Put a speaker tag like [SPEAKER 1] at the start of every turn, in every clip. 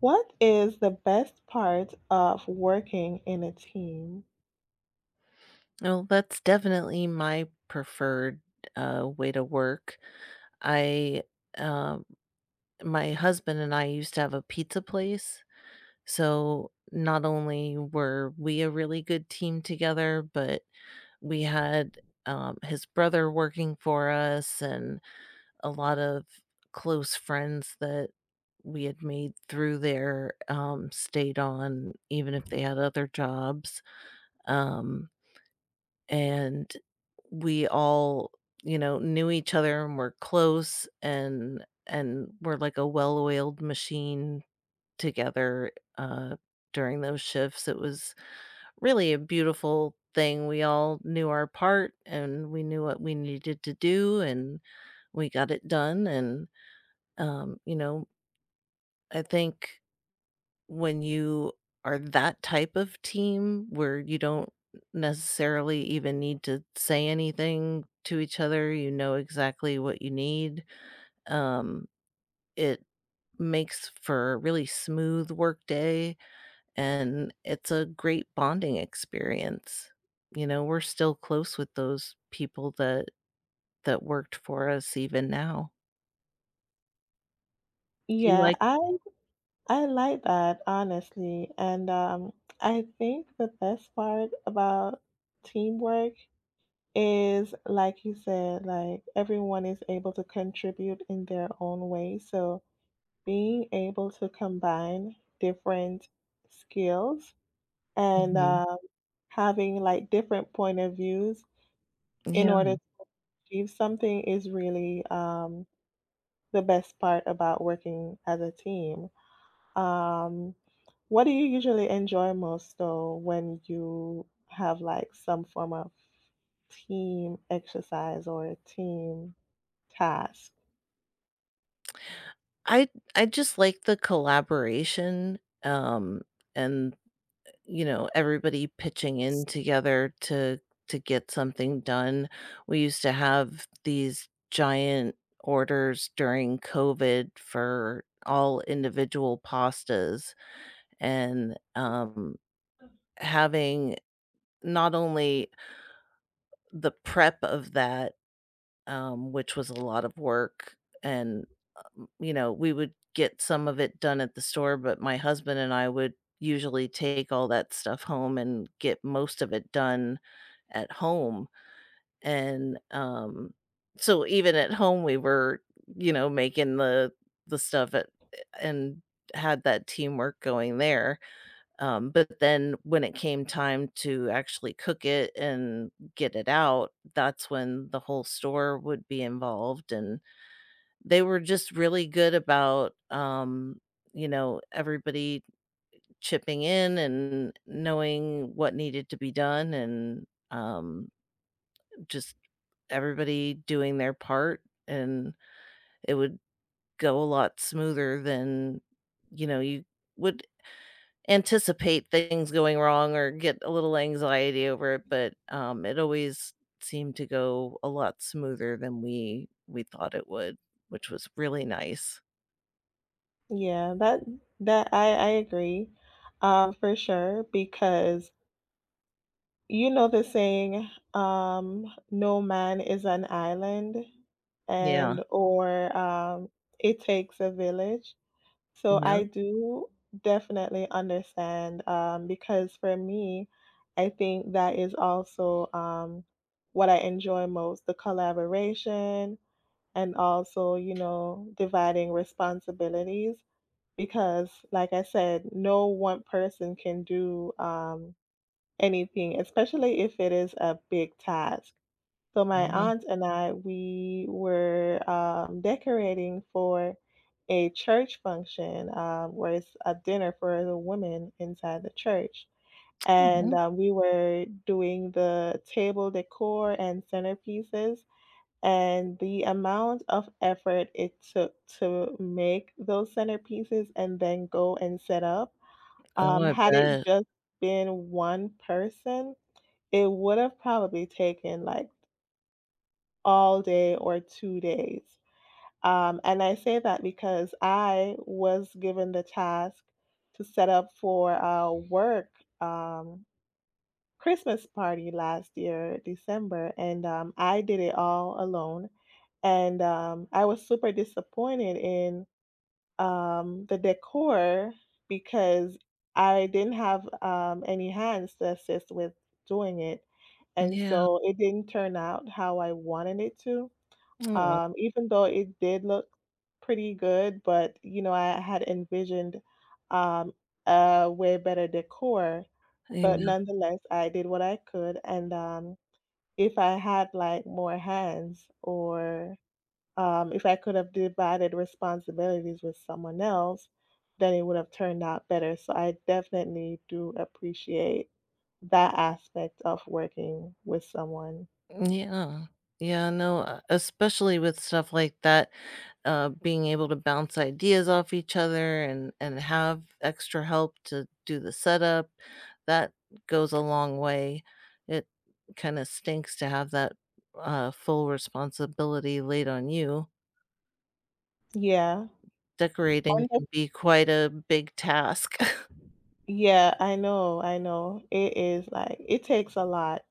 [SPEAKER 1] What is the best part of working in a team?
[SPEAKER 2] Well, that's definitely my preferred way to work. I, um, my husband and I used to have a pizza place. So not only were we a really good team together, but we had his brother working for us and a lot of close friends that we had made through there stayed on, even if they had other jobs. Um, and we all, you know, knew each other and were close and were like a well-oiled machine together uh during those shifts. It was really a beautiful thing. We all knew our part and we knew what we needed to do and we got it done and you know, I think when you are that type of team where you don't necessarily even need to say anything to each other, you know exactly what you need. Um, it makes for a really smooth work day and it's a great bonding experience. You know, we're still close with those people that worked for us even now. Do you
[SPEAKER 1] Yeah,
[SPEAKER 2] like.
[SPEAKER 1] I like that honestly, and I think the best part about teamwork is, like you said, like everyone is able to contribute in their own way. So being able to combine different skills and
[SPEAKER 2] Mhm.
[SPEAKER 1] um, having like different point of views in
[SPEAKER 2] Yeah.
[SPEAKER 1] order to achieve something is really the best part about working as a team. Um, what do you usually enjoy most though when you have like some form of team exercise or a team task?
[SPEAKER 2] I I just like the collaboration, um, and, you know, everybody pitching in together to get something done. We used to have these giant orders during COVID for all individual pastas, and, having not only the prep of that which was a lot of work. And, you know, we would get some of it done at the store, but my husband and I would usually take all that stuff home and get most of it done at home. And so even at home, we were, you know, making the stuff at, and had that teamwork going there but then when it came time to actually cook it and get it out, that's when the whole store would be involved, and they were just really good about, you know, everybody chipping in and knowing what needed to be done and, just everybody doing their part, and it would go a lot smoother than, you know, you would anticipate things going wrong or get a little anxiety over it, but, it always seemed to go a lot smoother than we thought it would, which was really nice.
[SPEAKER 1] Yeah, that that I agree. For sure because you know the saying no man is an island
[SPEAKER 2] Yeah.
[SPEAKER 1] and or it takes a village. So I
[SPEAKER 2] Yep,
[SPEAKER 1] do definitely understand, because for me, I think that is also what I enjoy most, the collaboration and also, you know, dividing responsibilities. Because, like I said, no one person can do anything, especially if it is a big task. So my
[SPEAKER 2] yeah.
[SPEAKER 1] aunt and I, we were decorating for a church function where it's a dinner for the women inside the church. And
[SPEAKER 2] Mhm.
[SPEAKER 1] we were doing the table decor and centerpieces. And the amount of effort it took to make those centerpieces and then go and set up,
[SPEAKER 2] Oh, I
[SPEAKER 1] had it
[SPEAKER 2] bet.
[SPEAKER 1] just been one person, it would have probably taken like all day or 2 days. And I say that because I was given the task to set up for a work, um, Christmas party last year, December, and, I did it all alone. And, I was super disappointed in, the decor because I didn't have, any hands to assist with doing it, and
[SPEAKER 2] Yeah.
[SPEAKER 1] so it didn't turn out how I wanted it to,
[SPEAKER 2] Aw.
[SPEAKER 1] even though it did look pretty good, but you know, I had envisioned um, a way better decor. But
[SPEAKER 2] Yeah.
[SPEAKER 1] nonetheless, I did what I could, and if I had like more hands, or if I could have divided responsibilities with someone else, then it would have turned out better. So I definitely do appreciate that aspect of working with someone.
[SPEAKER 2] Yeah. Yeah, no, especially with stuff like that, being able to bounce ideas off each other and have extra help to do the setup, that goes a long way. It kind of stinks to have that full responsibility laid on you.
[SPEAKER 1] Yeah.
[SPEAKER 2] Decorating can be quite a big task.
[SPEAKER 1] Yeah, I know, I know. It is like it takes a lot.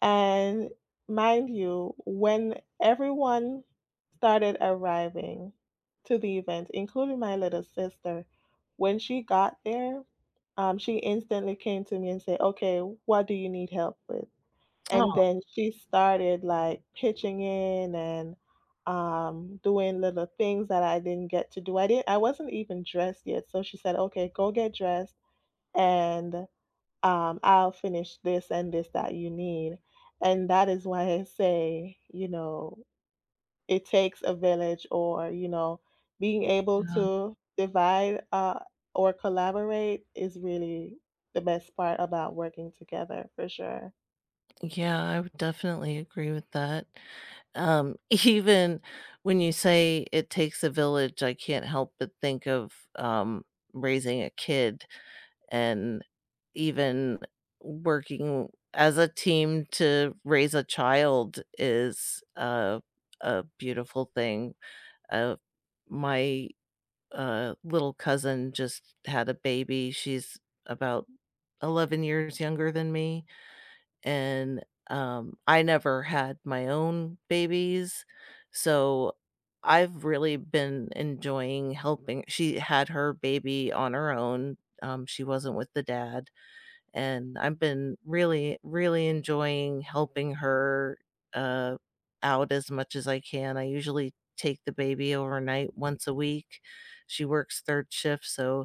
[SPEAKER 1] And mind you, when everyone started arriving to the event, including my little sister, when she got there, she instantly came to me and said, "Okay, what do you need help with?"
[SPEAKER 2] Oh,
[SPEAKER 1] And then she started like pitching in and doing little things that I didn't get to do. I wasn't even dressed yet, so she said, "Okay, go get dressed." And I'll finish this and this that you need. And that is why I say, you know, it takes a village or, you know, being able
[SPEAKER 2] yeah.
[SPEAKER 1] to divide or collaborate is really the best part about working together for sure.
[SPEAKER 2] Yeah, I would definitely agree with that. Um, even when you say it takes a village, I can't help but think of, raising a kid and even working as a team to raise a child is a beautiful thing. Uh, my little cousin just had a baby. She's about 11 years younger than me, and, I never had my own babies, so I've really been enjoying helping she had her baby on her own, she wasn't with the dad, and I've been really, really enjoying helping her, uh, out as much as I can. I usually take the baby overnight once a week. She works third shift, so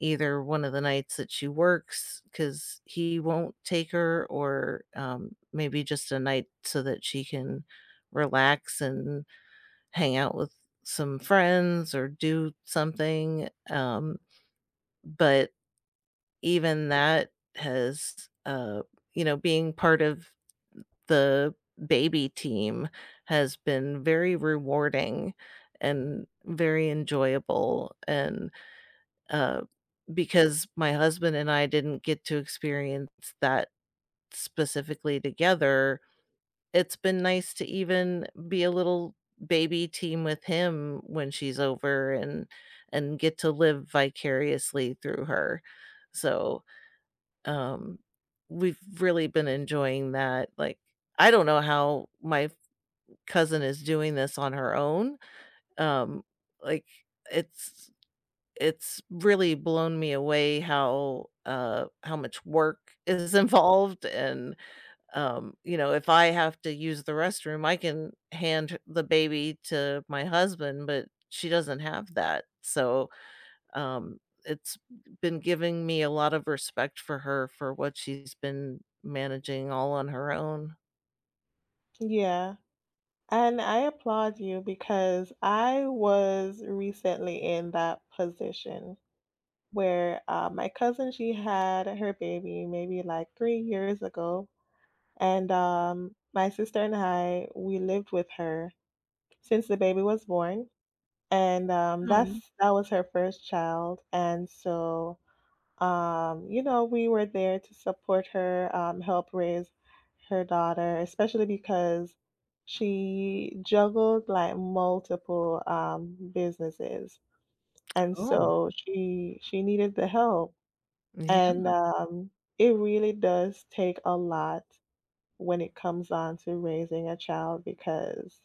[SPEAKER 2] either one of the nights that she works, because he won't take her or, maybe just a night so that she can relax and hang out with some friends or do something, but even that has, you know, being part of the baby team has been very rewarding and very enjoyable and uh, because my husband and I didn't get to experience that specifically together, it's been nice to even be a little baby team with him when she's over and get to live vicariously through her. So, um, we've really been enjoying that, like, I don't know how my cousin is doing this on her own, um, like, it's it's really blown me away how much work is involved and, you know, if I have to use the restroom, I can hand the baby to my husband, but she doesn't have that, so, um, it's been giving me a lot of respect for her for what she's been managing all on her own.
[SPEAKER 1] Yeah. And I applaud you because I was recently in that position where my cousin, she had her baby maybe like 3 years ago. And my sister and I, we lived with her since the baby was born. And um,
[SPEAKER 2] Oh,
[SPEAKER 1] that's that was her first child. And so, you know, we were there to support her, help raise her daughter, especially because she juggled like multiple businesses. And
[SPEAKER 2] oh,
[SPEAKER 1] so she needed the help.
[SPEAKER 2] yeah.
[SPEAKER 1] And it really does take a lot when it comes on to raising a child because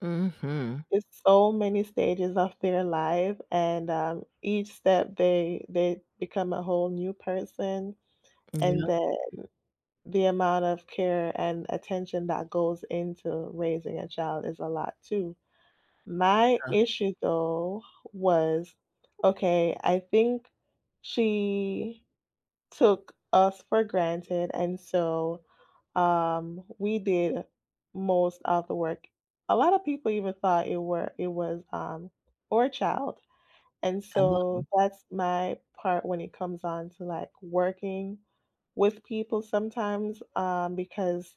[SPEAKER 2] Mhm.
[SPEAKER 1] it's so many stages of their life and each step they become a whole new person
[SPEAKER 2] Yeah.
[SPEAKER 1] and the amount of care and attention that goes into raising a child is a lot too. My issue though was okay, I think she took us for granted. And so we did most of the work. A lot of people even thought it was our child. And
[SPEAKER 2] Oh,
[SPEAKER 1] so that's my part when it comes on to like working with people sometimes because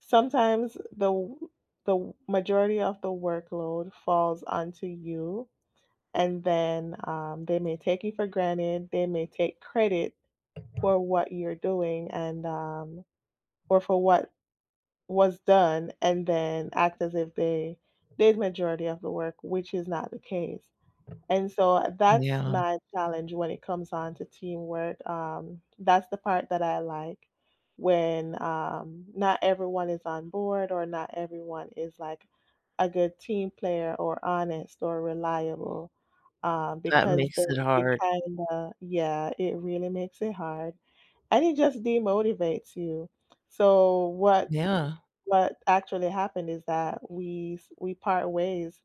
[SPEAKER 1] sometimes the majority of the workload falls onto you and then they may take you for granted. They may take credit for what you're doing and or for what was done, and then act as if they did majority of the work, which is not the case. And so that's
[SPEAKER 2] yeah.
[SPEAKER 1] my challenge when it comes on to teamwork. That's the part that I like when not everyone is on board or not everyone is like a good team player or honest or reliable,
[SPEAKER 2] That
[SPEAKER 1] because
[SPEAKER 2] makes
[SPEAKER 1] then
[SPEAKER 2] it
[SPEAKER 1] it
[SPEAKER 2] hard.
[SPEAKER 1] kind of, yeah, it really makes it hard. And it just demotivates you. So what
[SPEAKER 2] Yeah.
[SPEAKER 1] what actually happened is that we part ways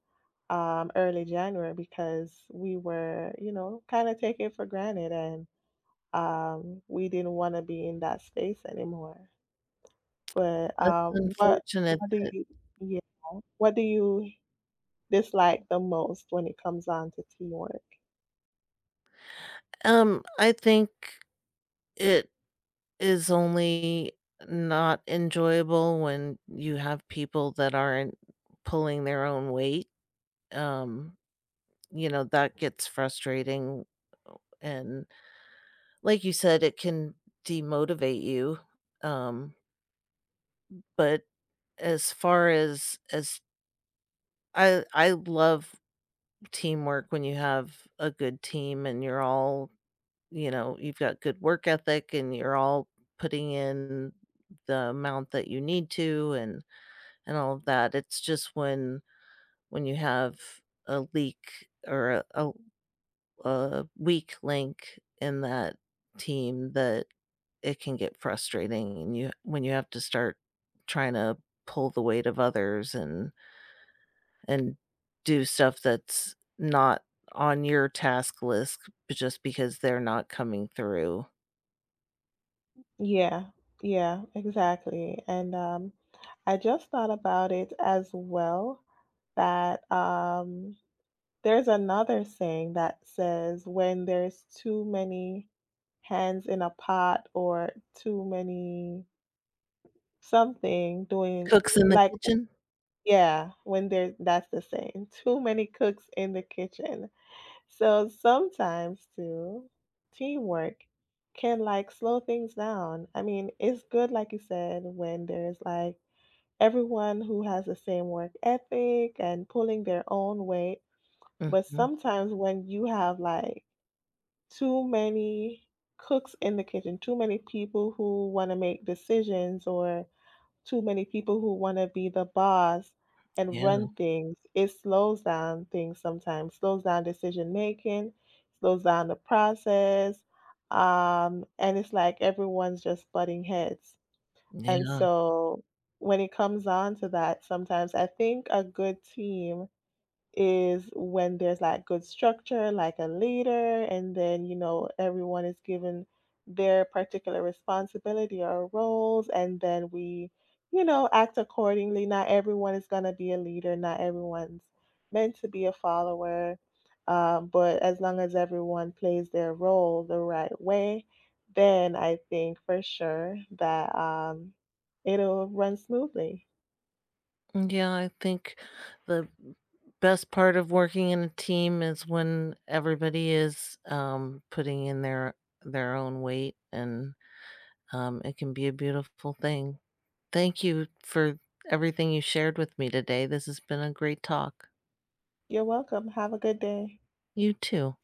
[SPEAKER 1] early January because we were, you know, kind of taken for granted and we didn't want to be in that space anymore. But
[SPEAKER 2] That's unfortunate that
[SPEAKER 1] yeah, what do you dislike the most when it comes on to teamwork?
[SPEAKER 2] I think it is only not enjoyable when you have people that aren't pulling their own weight, um, you know, that gets frustrating, oh, and like you said, it can demotivate you, um, but as far as I love teamwork when you have a good team and you're all you know, you've got good work ethic and you're all putting in the amount that you need to and all of that. It's just when you have a leak or a weak link in that team that it can get frustrating and you when you have to start trying to pull the weight of others and and do stuff that's not on your task list but just because they're not coming through.
[SPEAKER 1] Yeah, yeah, exactly. And I just thought about it as well that there's another saying that says when there's too many hands in a pot or too many something doing
[SPEAKER 2] Cooks in the
[SPEAKER 1] like
[SPEAKER 2] kitchen?
[SPEAKER 1] yeah, when there that's the saying, too many cooks in the kitchen. So sometimes too, teamwork can like slow things down. I mean, it's good, like you said, when there's like everyone who has the same work ethic and pulling their own weight. But
[SPEAKER 2] Mhm.
[SPEAKER 1] sometimes when you have like too many cooks in the kitchen, too many people who want to make decisions or too many people who want to be the boss and
[SPEAKER 2] Yeah,
[SPEAKER 1] run things. It slows down things sometimes, slows down decision making, slows down the process. And it's like everyone's just butting heads. And
[SPEAKER 2] yeah.
[SPEAKER 1] so when it comes on to that, sometimes I think a good team is when there's like good structure, like a leader, and then, you know, everyone is given their particular responsibility or roles, and then we, you know, act accordingly. Not everyone is going to be a leader, not everyone's meant to be a follower. But as long as everyone plays their role the right way, then I think for sure that it'll run smoothly.
[SPEAKER 2] Yeah, I think the best part of working in a team is when everybody is, putting in their own weight, and, it can be a beautiful thing. Thank you for everything you shared with me today. This has been a great talk.
[SPEAKER 1] You're welcome. Have a good day.
[SPEAKER 2] You too.